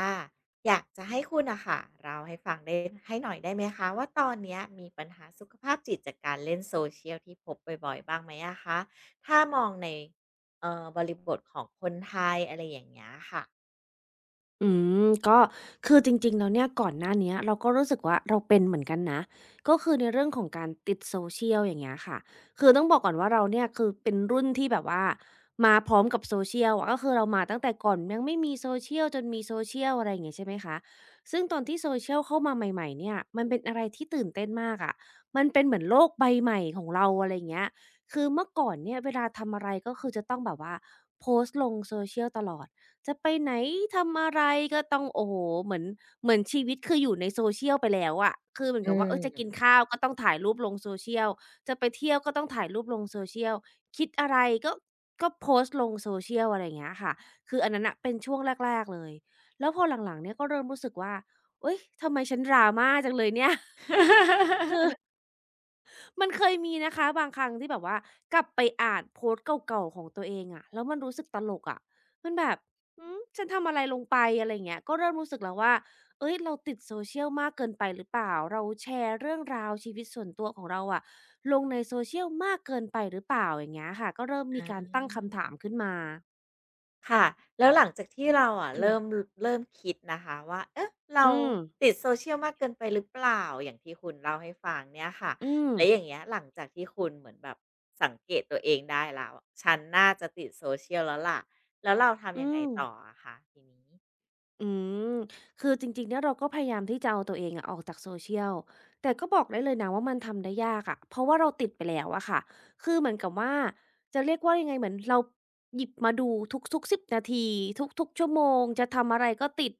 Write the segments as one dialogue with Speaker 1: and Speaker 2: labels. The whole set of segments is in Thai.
Speaker 1: อ่ะอยากจะให้คุณอะค่ะเราให้ฟังได้ให้หน่อยได้ไหมคะว่าตอนเนี้ยมีปัญหาสุขภาพจิตจากการเล่นโซเชียลที่พบบ่อยๆบ้างไหมอะคะถ้ามองในบริบทของคนไทยอะไรอย่างเงี้ยค่ะ
Speaker 2: อืก็คือจริงๆแล้วเนี่ยก่อนหน้าเนี้ยเราก็รู้สึกว่าเราเป็นเหมือนกันนะก็คือในเรื่องของการติด social อย่างเงี้ยค่ะคือต้องบอกก่อนว่าเราเนี่ยคือเป็นรุ่นที่แบบว่ามาพร้อมกับ social อะก็คือเรามาตั้งแต่ก่อนยังไม่มี social จนมี social อะไรอย่างเงี้ยใช่ไหมคะซึ่งตอนที่ social เข้ามาใหม่ๆเนี่ยมันเป็นอะไรที่ตื่นเต้นมากอะมันเป็นเหมือนโลกใบใหม่ของเราอะไรอย่างเงี้ยคือเมื่อก่อนเนี่ยเวลาทำอะไรก็คือจะต้องแบบว่าโพสต์ลง social ตลอด จะไปไหนทำอะไรก็ต้องโอ้โฮเหมือนเหมือนชีวิตคืออยู่ใน social ไปแล้วอะคือเหมือน
Speaker 1: อื
Speaker 2: กับว่าเออจะกิน
Speaker 1: ม
Speaker 2: ข้าวก็ต้องถ่ายรูปลง social จะไปเที่ยวก็ต้องถ่ายรูปลง social คิดอะไรก็ก็โพสต์ลง social อะไรอย่างเงี้ยค่ะคืออันนั้นน่ะเป็นช่วงแรกๆเลยแล้วพอหลังๆเนี่ยก็เริ่มรู้สึกว่าอุ๊ยทำไมฉัน drama จังเลยเนี่ย มันเคยมีนะคะบางครั้งที่แบบว่ากลับไปอ่านโพสต์เก่าๆของตัวเองอะแล้วมันรู้สึกตลกอะมันแบบหือฉันทำอะไรลงไปอะไรอย่างเงี้ยก็เริ่มรู้สึกแล้วว่าเฮ้ยเราติด social มากเกินไปหรือเปล่าเราแชร์เรื่องราวชีวิตส่วนตัวของเราอะลงใน social มากเกินไปหรือเปล่าอย่างเงี้ยค่ะก็เริ่มมีการตั้งคำถามขึ้นมา
Speaker 1: ค่ะแล้วหลังจากที่เราอะ
Speaker 2: อื
Speaker 1: เริ่ม
Speaker 2: ม
Speaker 1: เริ่มคิดนะคะว่าเอ๊ะเรา
Speaker 2: อื
Speaker 1: ติด social มากเกินไปหรือเปล่าอย่างที่คุณเล่าให้ฟังเนี่ยค่ะ
Speaker 2: ม
Speaker 1: แล้วอย่างเงี้ยหลังจากที่คุณเหมือนแบบสังเกตตัวเองได้แล้วฉันน่าจะติด social แล้วล่ะแล้วเราทำ
Speaker 2: อื
Speaker 1: ยังไง
Speaker 2: ม
Speaker 1: ต่ออะคะทีนี้
Speaker 2: อืมคือจริงๆเนี่ยเราก็พยายามที่จะเอาตัวเองอะออกจาก Social แต่ก็บอกได้เลยนะว่ามันทำได้ยากอะเพราะว่าเราติดไปแล้วอะค่ะ คือเหมือนกับว่าจะเรียกว่ายังไงเหมือนเราหยิบมาดูทุกๆสิ0นาทีทุกๆชั่วโมงจะทำอะไรก็ติด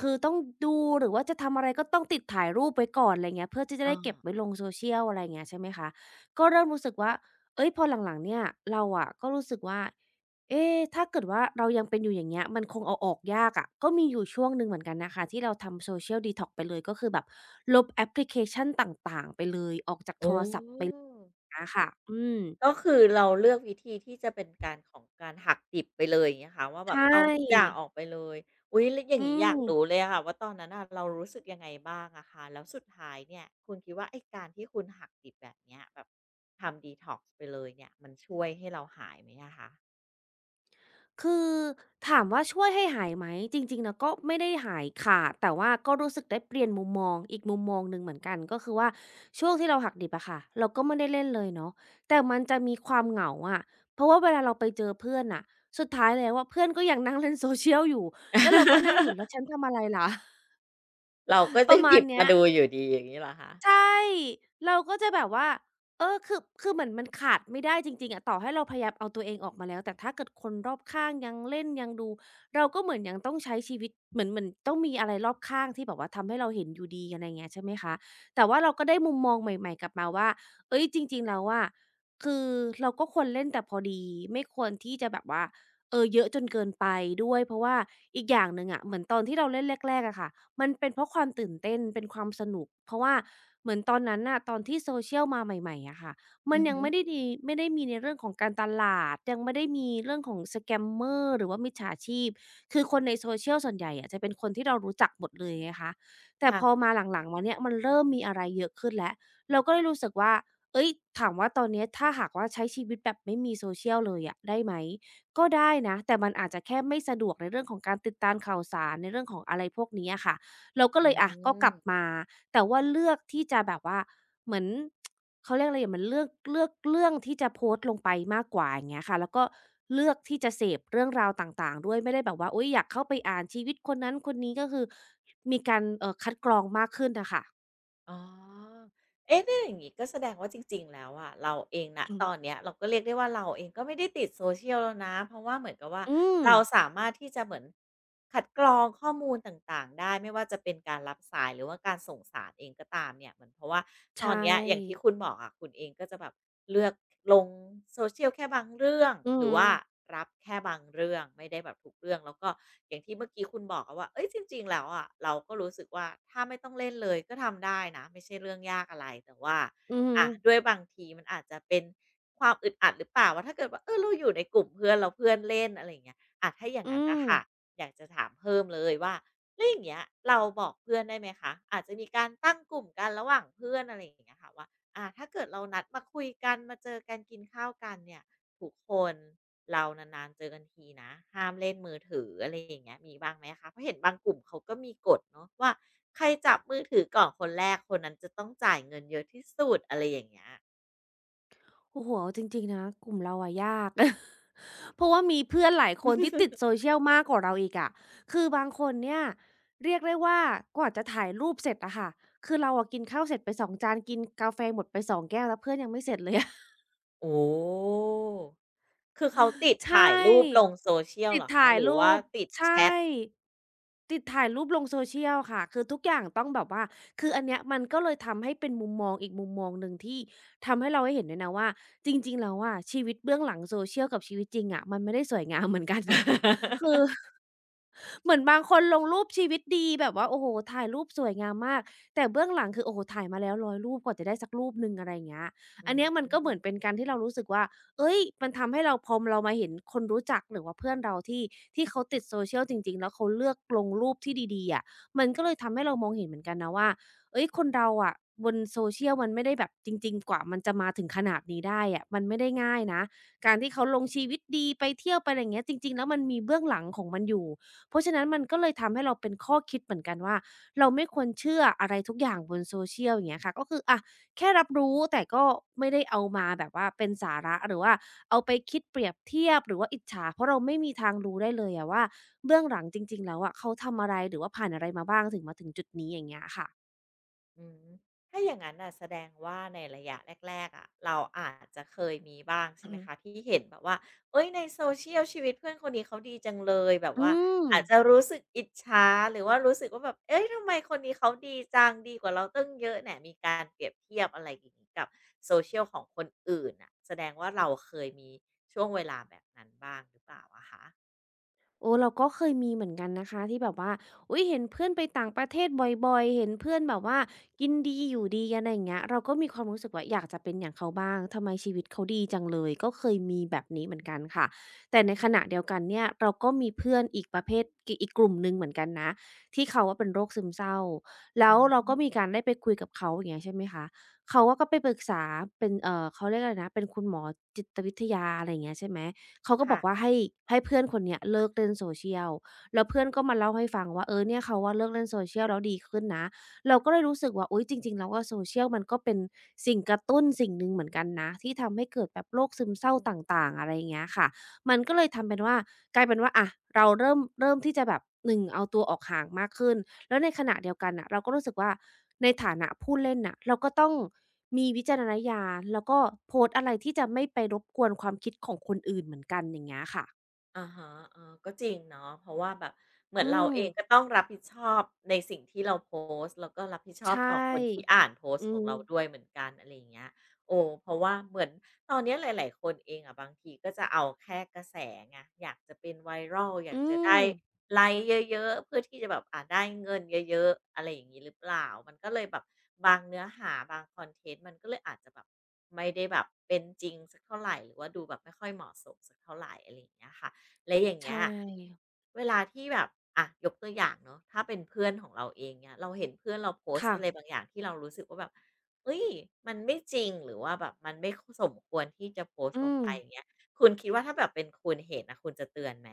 Speaker 2: คือต้องดูหรือว่าจะทำอะไรก็ต้องติดถ่ายรูปไว้ก่อนอะไรเงี้ยเพื่อที่จะ
Speaker 1: อ้อ
Speaker 2: ได้เก็บไว้ลง Social อะไรเงี้ยใช่ไหมคะก็เริ่มรู้สึกว่าเฮ้ยพอหลังๆเนี่ยเราอะก็รู้สึกว่า เอ๊ะถ้าเกิดว่าเรายังเป็นอยู่อย่างเงี้ยมันคงเอาออกยากอะก็มีอยู่ช่วงหนึ่งเหมือนกันนะคะที่เราทำ Social Detox ไปเลยก็คือแบบลบแอปพลิเคชันต่างๆไปเลยออกจากโท
Speaker 1: โอ้
Speaker 2: รศัพท์ไปเงี้ยค่ะ อืม
Speaker 1: ก็คือเราเลือกวิธีที่จะเป็นการของการหักดิบไปเลยอย่างเงี้ยค่ะว่าแบ
Speaker 2: ใช
Speaker 1: บเอาทุกอย่า
Speaker 2: ่
Speaker 1: งออกไปเลยอุ๊ยแล้วอย่า
Speaker 2: อื
Speaker 1: งงี้อยากรู้
Speaker 2: ม
Speaker 1: เลยอะค่ะว่าตอนนั้นน่ะเรารู้สึกยังไงบ้างอะคะแล้วสุดท้ายเนี่ยคุณคิดว่าไอ้การที่คุณหักดิบแบบเนี้ยแบบทำ detox ไปเลยเนี่ยมันช่วยให้เราหายไหมอะคะ
Speaker 2: คือถามว่าช่วยให้หายไหมจริงๆนะก็ไม่ได้หายขาดแต่ว่าก็รู้สึกได้เปลี่ยนมุมมองอีกมุมมองหนึ่งเหมือนกันก็คือว่าช่วงที่เราหักดิบอะค่ะเราก็ไม่ได้เล่นเลยเนาะแต่มันจะมีความเหงาอะเพราะว่าเวลาเราไปเจอเพื่อนน่ะสุดท้ายแล้วอะเพื่อนก็ยังนั่งเล่น Social อยู่แล้วเราก็นั่งอยู่ แล้วฉันทำอะไรล่ะ
Speaker 1: เราก็
Speaker 2: ป
Speaker 1: จะ
Speaker 2: ระ
Speaker 1: ห
Speaker 2: มาณ
Speaker 1: ยิบ
Speaker 2: เนี้
Speaker 1: มา
Speaker 2: ย
Speaker 1: ดูอยู่ดีอย่างงี้เหรอคะ
Speaker 2: ใช่เราก็จะแบบว่าเออคือเหมือนมันขาดไม่ได้จริงๆอะต่อให้เราพยายามเอาตัวเองออกมาแล้ว แต่ถ้าเกิดคนรอบข้างยังเล่นยังดู เราก็เหมือนยังต้องใช้ชีวิตเหมือนต้องมีอะไรรอบข้างที่แบบว่าทำให้เราเห็นอยู่ดีอะไรเงี้ยใช่ไหมคะ แต่ว่าเราก็ได้มุมมองใหม่ๆกลับมาว่าเฮ้ยจริงๆแล้วอะคือเราก็ควรเล่นแต่พอดีไม่ควรที่จะแบบว่าเออเยอะจนเกินไปด้วยเพราะว่าอีกอย่างหนึ่งอะเหมือนตอนที่เราเล่นแรกๆอะค่ะ มันเป็นเพราะความตื่นเต้นเป็นความสนุกเพราะว่าเหมือนตอนนั้นน่ะตอนที่ Social มาใหม่ๆอะค่ะมั
Speaker 1: อื
Speaker 2: น
Speaker 1: อ
Speaker 2: ยัง
Speaker 1: ฮึ
Speaker 2: ไม่ได้ดีไม่ได้มีในเรื่องของการตลาดยังไม่ได้มีเรื่องของ Scammer หรือว่ามิจฉาชีพคือคนใน Social ส่วนใหญ่อะจะเป็นคนที่เรารู้จักหมดเลยไงคะแต่
Speaker 1: ค่ะ
Speaker 2: พอมาหลังๆมาเนี่ยมันเริ่มมีอะไรเยอะขึ้นแล้วเราก็เลยรู้สึกว่าเฮ้ยถามว่าตอนเนี้ยถ้าหากว่าใช้ชีวิตแบบไม่มี Social เลยอะได้ไหมก็ได้นะแต่มันอาจจะแค่ไม่สะดวกในเรื่องของการติดตามข่าวสารในเรื่องของอะไรพวกนี้อะค่ะ เราก็
Speaker 1: อื
Speaker 2: เลยอะก็ก
Speaker 1: ม
Speaker 2: ลับมาแต่ว่าเลือกที่จะแบบว่าเหมือน เขาเรียกอะไรอย่างเหมือนเลือกเรื่องที่จะโพสต์ลงไปมากกว่าอย่างเงี้ยค่ะแล้วก็เลือกที่จะเสพเรื่องราวต่างๆด้วยไม่ได้แบบว่าโอ๊ยอยากเข้าไปอ่านชีวิตคนนั้นคนนี้ก็คือมีการคัดกรองมากขึ้นนะคะ
Speaker 1: อ๋อเอ๊ะเนี่ยอย่างงี้ก็แสดงว่าจริงๆ แล้วอะเราเองณ
Speaker 2: อื
Speaker 1: ตอน
Speaker 2: ม
Speaker 1: เนี้ยเราก็เรียกได้ว่าเราเองก็ไม่ได้ติด social แล้วนะเพราะว่าเหมือนกับว่า
Speaker 2: อืม
Speaker 1: เราสามารถที่จะเหมือนคัดกรองข้อมูลต่างๆ ได้ไม่ว่าจะเป็นการรับสายหรือว่าการส่งสารเองก็ตามเนี่ยเหมือนเพราะว่าตอ
Speaker 2: ใช่
Speaker 1: นเนี้ยอย่างที่คุณบอกอะคุณเองก็จะแบบเลือก ลงโซเชียลแค่บางเรื่อง
Speaker 2: อือ
Speaker 1: หรือว่ารับแค่บางเรื่องไม่ได้แบบทุกเรื่องแล้วก็อย่างที่เมื่อกี้คุณบอกอะว่าเอ้ยจริงๆแล้วอะเราก็รู้สึกว่าถ้าไม่ต้องเล่นเลยก็ทำได้นะไม่ใช่เรื่องยากอะไรแต่ว่า
Speaker 2: อือ
Speaker 1: อะด้วยบางทีมันอาจจะเป็นความอึดอัดหรือเปล่าว่าถ้าเกิดว่าเออเราอยู่ในกลุ่มเพื่อนแล้วเพื่อนเล่นอะไรอย่างเงี้ยอะถ้าอย่าง
Speaker 2: อื
Speaker 1: งั้นน่ะ
Speaker 2: ม
Speaker 1: ค่ะอยากจะถามเพิ่มเลยว่าแล้วอย่างเงี้ยเราบอกเพื่อนได้ไหมคะอาจจะมีการตั้งกลุ่มกันระหว่างเพื่อนอะไรอย่างเงี้ยค่ะว่า อ่าถ้าเกิดเรานัดมาคุยกันมาเจอกันกินข้าวกันเนี่ยทุกคนเรานานๆเจอกันทีนะห้ามเล่นมือถืออะไรอย่างเงี้ยมีบ้างไหมคะเพราะเห็นบางกลุ่มเขาก็มีกฎเนาะว่าใครจับมือถือก่อนคนแรกคนนั้นจะต้องจ่ายเงินเยอะที่สุดอะไรอย่างเงี้ย
Speaker 2: โอ้โฮเอาจริงๆนะกลุ่มเราอะยาก เพราะว่ามีเพื่อนหลายคนที่ติด social มากกว่าเราอีกอะคือบางคนเนี่ยเรียกได้ว่ากว่าจะถ่ายรูปเสร็จอะค่ะคือเราอะกินข้าวเสร็จไป2จานกินกาแฟหมดไป2แก้วแล้วเพื่อนยังไม่เสร็จเลยอะ
Speaker 1: โอ้คือเขาติด
Speaker 2: ใช
Speaker 1: ถ่ายรูป
Speaker 2: ่
Speaker 1: ลง social เชียล
Speaker 2: ติ
Speaker 1: เห
Speaker 2: ด
Speaker 1: รอคะ
Speaker 2: ถ่าย
Speaker 1: หรือ
Speaker 2: รู
Speaker 1: ว่า
Speaker 2: ป
Speaker 1: ติด
Speaker 2: ใช่
Speaker 1: แชท
Speaker 2: ติดถ่ายรูปลง social ค่ะคือทุกอย่างต้องแบบว่าคืออันเนี้ยมันก็เลยทำให้เป็นมุมมองอีกมุมมองหนึ่งที่ทำให้เราได้เห็นด้วยนะว่าจริงๆแล้วอะชีวิตเบื้องหลัง social กับชีวิตจริงอะมันไม่ได้สวยงามเหมือนกันน่ะคือ เหมือนบางคนลงรูปชีวิตดีแบบว่าโอ้โฮถ่ายรูปสวยงามมากแต่เบื้องหลังคือโอ้โฮถ่ายมาแล้ว100รูปกว่าจะได้สักรูปหนึ่งอะไรอย่างเงี้ย
Speaker 1: อื
Speaker 2: อันเนี้ยมันก็เหมือน
Speaker 1: ม
Speaker 2: เป็นการที่เรารู้สึกว่าเฮ้ยมันทำให้เราพอเรามาเห็นคนรู้จักหรือว่าเพื่อนเราที่เขาติด social จริงๆแล้วเขาเลือกลงรูปที่ดีๆอะมันก็เลยทำให้เรามองเห็นเหมือนกันนะว่าเฮ้ยคนเราอะบน social มันไม่ได้แบบจริงๆกว่ามันจะมาถึงขนาดนี้ได้อะมันไม่ได้ง่ายนะการที่เขาลงชีวิตดีไปเที่ยวไปอะไรอย่างเงี้ยจริงๆแล้วมันมีเบื้องหลังของมันอยู่ เพราะฉะนั้นมันก็เลยทำให้เราเป็นข้อคิดเหมือนกันว่าเราไม่ควรเชื่ออะไรทุกอย่างบน social อย่างเงี้ยค่ะก็คืออะแค่รับรู้แต่ก็ไม่ได้เอามาแบบว่าเป็นสาระหรือว่าเอาไปคิดเปรียบเทียบหรือว่าอิจฉาเพราะเราไม่มีทางรู้ได้เลยอะว่าเบื้องหลังจริงๆแล้วอะเขาทำอะไรหรือว่าผ่านอะไรมาบ้างถึงมาถึงจุดนี้อย่างเงี้ยค่ะ
Speaker 1: อืมถ้าอย่างนั้นน่ะแสดงว่าในระยะแรกๆอะเราอาจจะเคยมีบ้างใช่
Speaker 2: อื
Speaker 1: ไหมคะที่เห็นแบบว่าเอ้ยในโซเชียลชีวิตเพื่อนคนนี้เขาดีจังเลยแบบ
Speaker 2: ออื
Speaker 1: ว่า
Speaker 2: ม
Speaker 1: อาจจะรู้สึกอิจฉาหรือว่ารู้สึกว่าแบบเอ้ยทำไมคนนี้เขาดีจังดีกว่าเราตั้งเยอะแหนะมีการเปรียบเทียบอะไรอย่างนี้กับโซเชียลของคนอื่นอ่ะแสดงว่าเราเคยมีช่วงเวลาแบบนั้นบ้างหรือเปล่าอะคะ
Speaker 2: โอ้เราก็เคยมีเหมือนกันนะคะที่แบบว่าอุ้ยเห็นเพื่อนไปต่างประเทศบ่อยๆเห็นเพื่อนแบบว่ากินดีอยู่ดีกันอะไรอย่างเงี้ยเราก็มีความรู้สึกว่าอยากจะเป็นอย่างเขาบ้างทำไมชีวิตเขาดีจังเลยก็เคยมีแบบนี้เหมือนกันค่ะแต่ในขณะเดียวกันเนี่ยเราก็มีเพื่อนอีกประเภทกอีกกลุ่มหนึ่งเหมือนกันนะที่เขาว่าเป็นโรคซึมเศร้าแล้
Speaker 1: อื
Speaker 2: วเราก็มี
Speaker 1: ม
Speaker 2: การได้ไปคุยกับเขาอย่างเงี้ยใช่ไหมคะเขาว่าก็ไปปรึกษาเป็นเขาเรียกอะไรนะเป็นคุณหมอจิตวิทยาอะไรอย่างเงี้ยใช่ไหม เขาก็บอกว่า
Speaker 1: ค่ะ
Speaker 2: ให้เพื่อนคนเนี้ยเลิกเล่นโซเชียลแล้วเพื่อนก็มาเล่าให้ฟังว่าเออเนี่ยเขาว่าเลิกเล่นโซเชียลแล้วดีขึ้นนะเราก็เลยรู้สึกว่าอุ๊ยจริงๆแล้วอะซเชียลมันก็เป็นสิ่งกระตุ้นสิ่งหนึ่งเหมือนกันนะที่ทำให้เกิดแบบโรคซึมเศร้าต่างๆอะไรอย่างเงี้ยค่ะมันก็เลยทำเป็นว่ากลายเป็นว่าอะเราเริ่มที่จะแบบหนึ่งเอาตัวออกห่างมากขึ้น แล้วในขณะเดียวกันน่ะเราก็รู้สึกว่าในฐานะผู้เล่นน่ะเราก็ต้องมีวิจารณญาณแล้วก็โพสต์อะไรที่จะไม่ไปรบกวนความคิดของคนอื่นเหมือนกันอย่างเงี้ยค่ะ
Speaker 1: อะฮะเออก็จริงเนาะเพราะว่าแบบเหมือน
Speaker 2: อื
Speaker 1: เรา
Speaker 2: ม
Speaker 1: เองก็ต้องรับผิดชอบในสิ่งที่เราโพสต์แล้วก็รับผิดช
Speaker 2: ใช
Speaker 1: อบต่อคนที่
Speaker 2: ่
Speaker 1: อ่านโพส
Speaker 2: อื
Speaker 1: ต์ของ
Speaker 2: ม
Speaker 1: เราด้วยเหมือนกันอะไรอย่างเงี้ยโอ้เพราะว่าเหมือนตอนเนี้ยหลายๆคนเองอะบางทีก็จะเอาแค่กระแสไงอยากจะเป็นไวรัลอยาก
Speaker 2: อื
Speaker 1: จะได้
Speaker 2: ม
Speaker 1: ไลค์เยอะๆเพื่อที่จะแบบอ่าได้เงินเยอะๆอะไรอย่างนี้หรือเปล่ามันก็เลยแบบบางเนื้อหาบางคอนเทนต์มันก็เลยอาจจะแบบไม่ได้แบบเป็นจริงสักเท่าไหรหรือว่าดูแบบไม่ค่อยเหมาะสมสักเท่าไหรอะไรอย่างเงี้ยค่ะ และอย่างเงี้
Speaker 2: ใช่
Speaker 1: ยเวลาที่แบบอ่ะยกตัวอย่างเนาะถ้าเป็นเพื่อนของเราเองเนี่ยเราเห็นเพื่อนเราโพสต์อะไร
Speaker 2: ค่ะ
Speaker 1: บางอย่างที่เรารู้สึกว่าแบบเฮ้ยมันไม่จริงหรือว่าแบบมันไม่สมควรที่จะโพส
Speaker 2: อื
Speaker 1: ต์ลง
Speaker 2: ม
Speaker 1: ไปอย่างเงี้ยคุณคิดว่าถ้าแบบเป็นคุณเห็นน่ะคุณจะเตือนไหม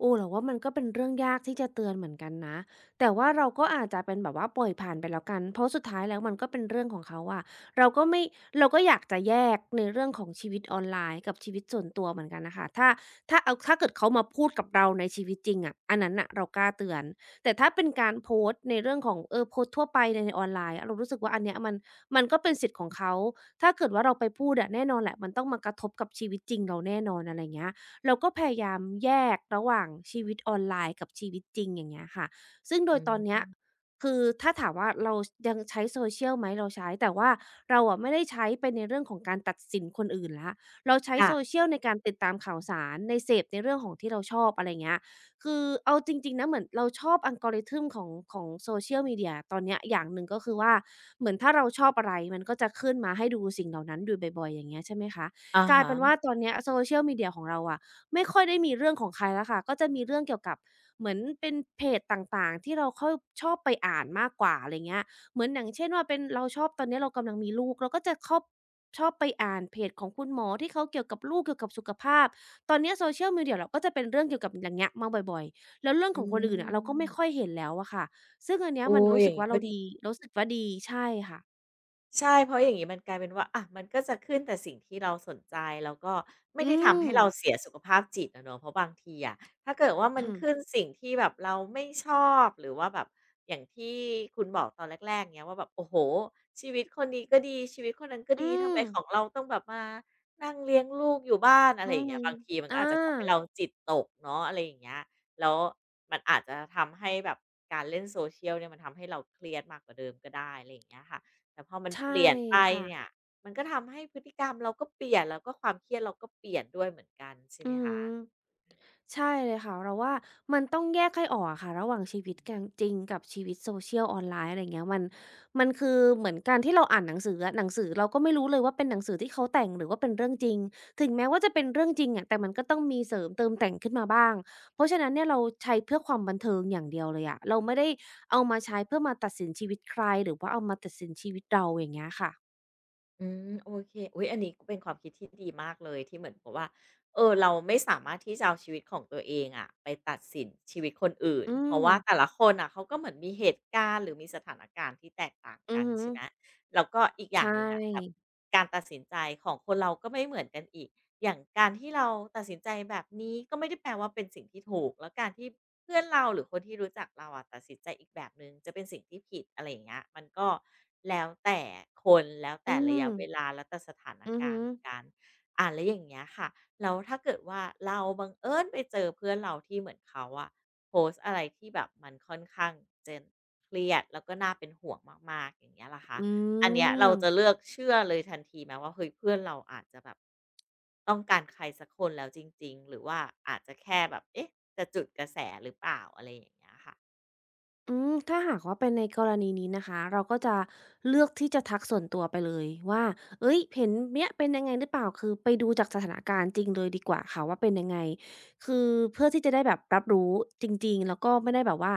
Speaker 2: โอ้เราว่ามันก็เป็นเรื่องยากที่จะเตือนเหมือนกันนะแต่ว่าเราก็อาจจะเป็นแบบว่าปล่อยผ่านไปแล้วกันเพราะสุดท้ายแล้วมันก็เป็นเรื่องของเขาอะเราก็ไม่เราก็อยากจะแยกในเรื่องของชีวิตออนไลน์กับชีวิตส่วนตัวเหมือนกันนะคะถ้าเอาถ้าเกิดเขามาพูดกับเราในชีวิตจริงอะอันนั้นอะเรากล้าเตือนแต่ถ้าเป็นการโพสต์ในเรื่องของโพสต์ทั่วไปในออนไลน์อะเรารู้สึกว่าอันเนี้ยมันก็เป็นสิทธิ์ของเขาถ้าเกิดว่าเราไปพูดอะแน่นอนแหละมันต้องมากระทบกับชีวิตจริงเราแน่นอนอะไรเงี้ย เราก็พยายามแยกระหว่างชีวิตออนไลน์กับชีวิตจริงอย่างเงี้ยค่ะซึ่งโด
Speaker 1: อื
Speaker 2: ยตอนเนี้ย
Speaker 1: ม
Speaker 2: คือถ้าถามว่าเรายังใช้ Social ไหมเราใช้แต่ว่าเราอะไม่ได้ใช้ไปในเรื่องของการตัดสินคนอื่นแล้วเราใช้
Speaker 1: ค่ะ
Speaker 2: Social ในการติดตามข่าวสารในเสพในเรื่องของที่เราชอบอะไรเงี้ยคือเอาจริงๆนะเหมือนเราชอบ algorithm ของ Social Media ตอนเนี้ยอย่างหนึ่งก็คือว่าเหมือนถ้าเราชอบอะไรมันก็จะขึ้นมาให้ดูสิ่งเหล่านั้นอยู่บ่อยๆอย่างเงี้ยใช่ไหมคะ
Speaker 1: อะ
Speaker 2: กลายเป็น
Speaker 1: ฮะ
Speaker 2: ว่าตอนเนี้ย Social Media ของเราอะ ไม่ค่อยได้มีเรื่องของใครแล้วค่ะก็จะมีเรื่องเกี่ยวกับเหมือนเป็นเพจต่างๆที่เราค่อยชอบไปอ่านมากกว่าอะไรเงี้ยเหมือนอย่างเช่นว่าเป็นเราชอบตอนเนี้ยเรากำลังมีลูกเราก็จะคอบชอบไปอ่านเพจของคุณหมอที่เขาเกี่ยวกับลูกเกี่ยวกับสุขภาพตอนเนี้ย Social Media เราก็จะเป็นเรื่องเกี่ยวกับอย่างเงี้ยมาบ่อยๆแล้วเรื่อง
Speaker 1: อื
Speaker 2: ของคนอื่นอะเราก็ไม่ค่อย
Speaker 1: ม
Speaker 2: เห็นแล้วอะค่ะซึ่งอันเนี้ย
Speaker 1: โอ้
Speaker 2: มันรู้
Speaker 1: อ
Speaker 2: สึ
Speaker 1: ย่าง
Speaker 2: ก
Speaker 1: งี้
Speaker 2: ว่า
Speaker 1: ก็
Speaker 2: เรา
Speaker 1: ดี
Speaker 2: ดีรู้สึกว่าดีใช่ค่ะ
Speaker 1: ใช่เพราะอย่างงี้มันกลายเป็นว่าอะมันก็จะขึ้นแต่สิ่งที่เราสนใจแล้วก็ไม่
Speaker 2: อื
Speaker 1: ได้ทำ
Speaker 2: ม
Speaker 1: ให้เราเสียสุขภาพจิตอะเนาะเพราะบางทีอะถ้าเกิดว่ามันขึ้น สิ่งที่แบบเราไม่ชอบหรือว่าแบบอย่างที่คุณบอกตอนแรกๆเงี้ยว่าแบบโอ้โฮชีวิตคนนี้ก็ดีชีวิตคนนั้นก็ดี
Speaker 2: อื
Speaker 1: ทำไม
Speaker 2: ม
Speaker 1: ของเราต้องแบบมานั่งเลี้ยงลูกอยู่บ้านอะ
Speaker 2: อื
Speaker 1: ไรอ
Speaker 2: อ
Speaker 1: ย่างเงี้
Speaker 2: ฮึ
Speaker 1: ยบางทีมัน
Speaker 2: อา
Speaker 1: ก็อาจจะทำให้เราจิตตกเนาะอะไรอย่างเงี้ยแล้วมันอาจจะทำให้แบบการเล่น social เนี่ยมันทำให้เราเครียดมากกว่าเดิมก็ได้อะไรอย่างเงี้ยค่ะ แต่พอมัน
Speaker 2: ใช่
Speaker 1: เปลี่ยนไป
Speaker 2: ค่ะ
Speaker 1: เนี่ยมันก็ทำให้พฤติกรรมเราก็เปลี่ยนแล้วก็ความเครียดเราก็เปลี่ยนด้วยเหมือนกันใช่
Speaker 2: อื
Speaker 1: ไหมคะ
Speaker 2: มใช่เลยค่ะเราว่ามันต้องแยกให้ออกอะค่ะระหว่างชีวิตกลางจริงกับชีวิตโซเชียลออนไลน์อะไรเงี้ยมันมันคือเหมือนการที่เราอ่านหนังสืออะหนังสือเราก็ไม่รู้เลยว่าเป็นหนังสือที่เขาแต่งหรือว่าเป็นเรื่องจริงถึงแม้ว่าจะเป็นเรื่องจริงอะแต่มันก็ต้องมีเสริมเติมแต่งขึ้นมาบ้างเพราะฉะนั้นเนี่ยเราใช้เพื่อความบันเทิงอย่างเดียวเลยอะเราไม่ได้เอามาใช้เพื่อมาตัดสินชีวิตใครหรือว่าเอามาตัดสินชีวิตเราอย่างเงี้ยค่ะ
Speaker 1: อืมโอเคอุ๊ยอันนี้ก็เป็นความคิดที่ดีมากเลยที่เหมือนกับว่าเออเราไม่สามารถที่จะเอาชีวิตของตัวเองอะไปตัดสินชีวิตคนอื่น
Speaker 2: อื
Speaker 1: เพราะ
Speaker 2: ม
Speaker 1: ว่าแต่ละคนน่ะเขาก็เหมือนมีเหตุการณ์หรือมีสถานการณ์ที่แตกต่าง
Speaker 2: อื
Speaker 1: กั
Speaker 2: อ
Speaker 1: น
Speaker 2: ฮึ
Speaker 1: ใช่ไหมแล้วก็อีกอ
Speaker 2: ใช
Speaker 1: ย่างหนึ่งอะแบบ
Speaker 2: ่
Speaker 1: การตัดสินใจของคนเราก็ไม่เหมือนกันอีก อย่างการที่เราตัดสินใจแบบนี้ก็ไม่ได้แปลว่าเป็นสิ่งที่ถูกแล้วการที่เพื่อนเราหรือคนที่รู้จักเราอะตัดสินใจอีกแบบหนึ่งจะเป็นสิ่งที่ผิดอะไรอย่างเงี้ยมันก็แล้วแต่คนแล้ว
Speaker 2: อื
Speaker 1: แต่ระยะ
Speaker 2: ม
Speaker 1: เวลาแล้วแต่สถาน
Speaker 2: อือ
Speaker 1: กา
Speaker 2: ฮึ
Speaker 1: รณ์เหมือนกันแล้วอย่างเงี้ยค่ะแล้วถ้าเกิดว่าเราบังเอิญไปเจอเพื่อนเราที่เหมือนเขาอะโพสต์อะไรที่แบบมันค่อนข้างเจนเครียดแล้วก็น่าเป็นห่วงมากๆอย่างเงี้ยล่ะคะ
Speaker 2: อื
Speaker 1: อันเนี้ยเราจะ
Speaker 2: ม
Speaker 1: เลือกเชื่อเลยทันทีไหมว่าเฮ้ยเพื่อนเราอาจจะแบบต้องการใครสักคนแล้วจริงๆหรือว่าอาจจะแค่แบบเอ๊ะจะจุดกระแสหรือเปล่าอะไรอย่างเงี้ยค่ะ
Speaker 2: อืมถ้าหากว่าเป็นในกรณีนี้นะคะเราก็จะเลือกที่จะทักส่วนตัวไปเลยว่าเอ้ยเห็นเนี้ยเป็นยังไงหรือเปล่าคือไปดูจากสถานการณ์จริงเลยดีกว่าค่ะว่าเป็นยังไงคือเพื่อที่จะได้แบบรับรู้จริงๆแล้วก็ไม่ได้แบบว่า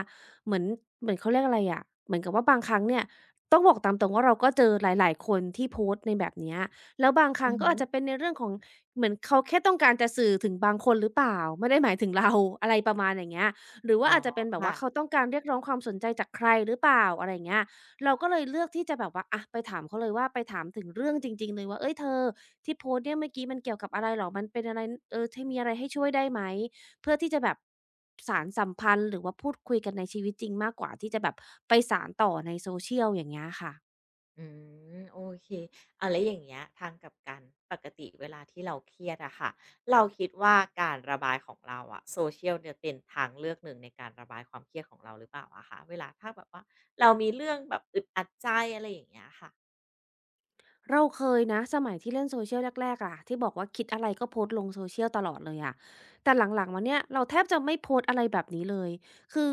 Speaker 2: เหมือนเหมือนเขาเรียกอะไรอะเหมือนกับว่าบางครั้งเนี่ยต้องบอกตามตรงว่าเราก็เจอหลายๆคนที่โพสต์ในแบบเนี้ยแล้วบางค
Speaker 1: อื
Speaker 2: รั้ง
Speaker 1: อ
Speaker 2: ก็
Speaker 1: ฮึ
Speaker 2: อาจจะเป็นในเรื่องของเหมือนเขาแค่ต้องการจะสื่อถึงบางคนหรือเปล่าไม่ได้หมายถึงเราอะไรประมาณอย่างเงี้ย หรือ
Speaker 1: อ๋
Speaker 2: ว่า
Speaker 1: อ
Speaker 2: อาจจะเป็นแบบว่าเขา
Speaker 1: ค่ะ
Speaker 2: ต้องการเรียกร้องความสนใจจากใครหรือเปล่าอะไรเงี้ยเราก็เลยเลือกที่จะแบบว่าอะไปถามเขาเลยว่าไปถามถึงเรื่องจริงๆเลยว่าเฮ้ยเธอที่โพสต์เนี่ยเมื่อกี้มันเกี่ยวกับอะไรเหรอมันเป็นอะไรเออเธอมีอะไรให้ช่วยได้ไหมเพื่อที่จะแบบสานสัมพันธ์หรือว่าพูดคุยกันในชีวิตจริงมากกว่าที่จะแบบไปสานต่อใน social อย่างเงี้ยค่ะ
Speaker 1: อืมโอเคเอาแล้วอย่างเงี้ยทางกลับกันปกติเวลาที่เราเครียดอะค่ะเราคิดว่าการระบายของเราอะ social เนี่ยเป็นทางเลือกหนึ่งในการระบายความเครียดของเราหรือเปล่าอะคะเวลาถ้าแบบว่าเรามีเรื่องแบบอึดอัดใจอะไรอย่างเงี้ยค่ะ
Speaker 2: เราเคยนะสมัยที่เล่น Social แรกๆอะที่บอกว่าคิดอะไรก็โพสต์ลง Social ตลอดเลยอะแต่หลังๆมาเนี่ยเราแทบจะไม่โพสต์อะไรแบบนี้เลยคือ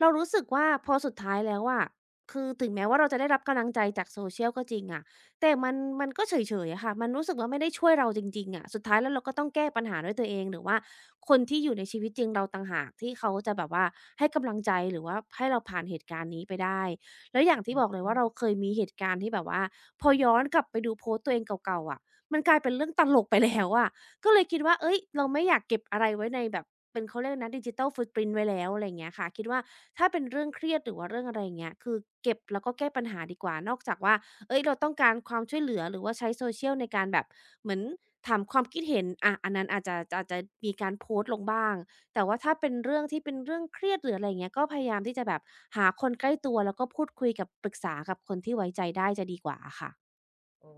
Speaker 2: เรารู้สึกว่าพอสุดท้ายแล้วอะคือถึงแม้ว่าเราจะได้รับกำลังใจจาก Social ก็จริงอะแต่มันมันก็เฉยๆอะค่ะมันรู้สึกว่าไม่ได้ช่วยเราจริงๆอะสุดท้ายแล้วเราก็ต้องแก้ปัญหาด้วยตัวเองหรือว่าคนที่อยู่ในชีวิตจริงเราต่างหากที่เขาจะแบบว่าให้กำลังใจหรือว่าให้เราผ่านเหตุการณ์นี้ไปได้แล้วอย่างที่บอกเลย
Speaker 1: อื
Speaker 2: ว่าเรา
Speaker 1: ม
Speaker 2: เคยมีเหตุการณ์ที่แบบว่า พอย้อนกลับไปดูโพสต์ตัวเองเก่าๆอะมันกลายเป็นเรื่องตลกไปแล้วอะก็เลยคิดว่าเฮ้ยเราไม่อยากเก็บอะไรไว้ในแบบเป็นเขาเรียกนะ digital footprint ไว้แล้วอะไรอย่างเงี้ยค่ะคิดว่าถ้าเป็นเรื่องเครียดหรือว่าเรื่องอะไรอย่างเงี้ยคือเก็บแล้วก็แก้ปัญหาดีกว่านอกจากว่าเฮ้ยเราต้องการความช่วยเหลือหรือว่าใช้ social ในการแบบเหมือนถามความคิดเห็นอะอันนั้นอาจจะมีการโพสต์ลงบ้าง แต่ว่าถ้าเป็นเรื่องที่เป็นเรื่องเครียดหรืออะไรอย่างเงี้ยก็พยายามที่จะแบบหาคนใกล้ตัวแล้วก็พูดคุยกับปรึกษากับคนที่ไว้ใจได้จะดีกว่าอะค่ะ
Speaker 1: โอ้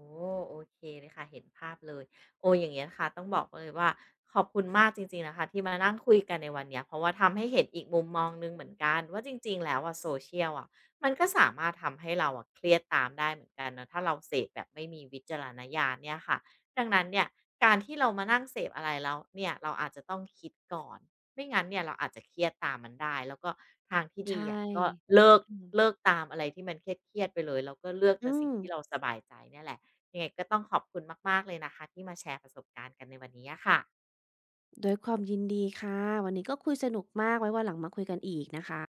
Speaker 1: โอเคเลยค่ะเห็นภาพเลยโอ้อย่างเงี้ยค่ะต้องบอกเลยว่าขอบคุณมากจริงๆนะคะที่มานั่งคุยกันในวันเนี้ยเพราะว่าทำให้เห็นอีกมุมมองหนึ่งเหมือนกันว่าจริงๆแล้วอะ Social อะมันก็สามารถทำให้เราอะเครียดตามได้เหมือนกันเนาะถ้าเราเสพแบบไม่มีวิจารณญาณเนี่ยค่ะดังนั้นเนี่ยการที่เรามานั่งเสพอะไรแล้วเนี่ยเราอาจจะต้องคิดก่อน ไม่งั้นเนี่ยเราอาจจะเครียดตามมันได้แล้วก็ทางที่ดี
Speaker 2: ใช่
Speaker 1: อะก็เลิก
Speaker 2: อืม
Speaker 1: ตามอะไรที่มันเครียดๆไปเลยแล้วก็เลือกแต่
Speaker 2: อื
Speaker 1: สิ่ง
Speaker 2: ม
Speaker 1: ที่เราสบายใจเนี่ยแหละยังไงก็ต้องขอบคุณมากๆเลยนะคะที่มาแชร์ประสบการณ์กันในวันนี้อะค่ะ
Speaker 2: ด้วยความยินดีค่ะวันนี้ก็คุยสนุกมากไว้วันหลังมาคุยกันอีกนะคะ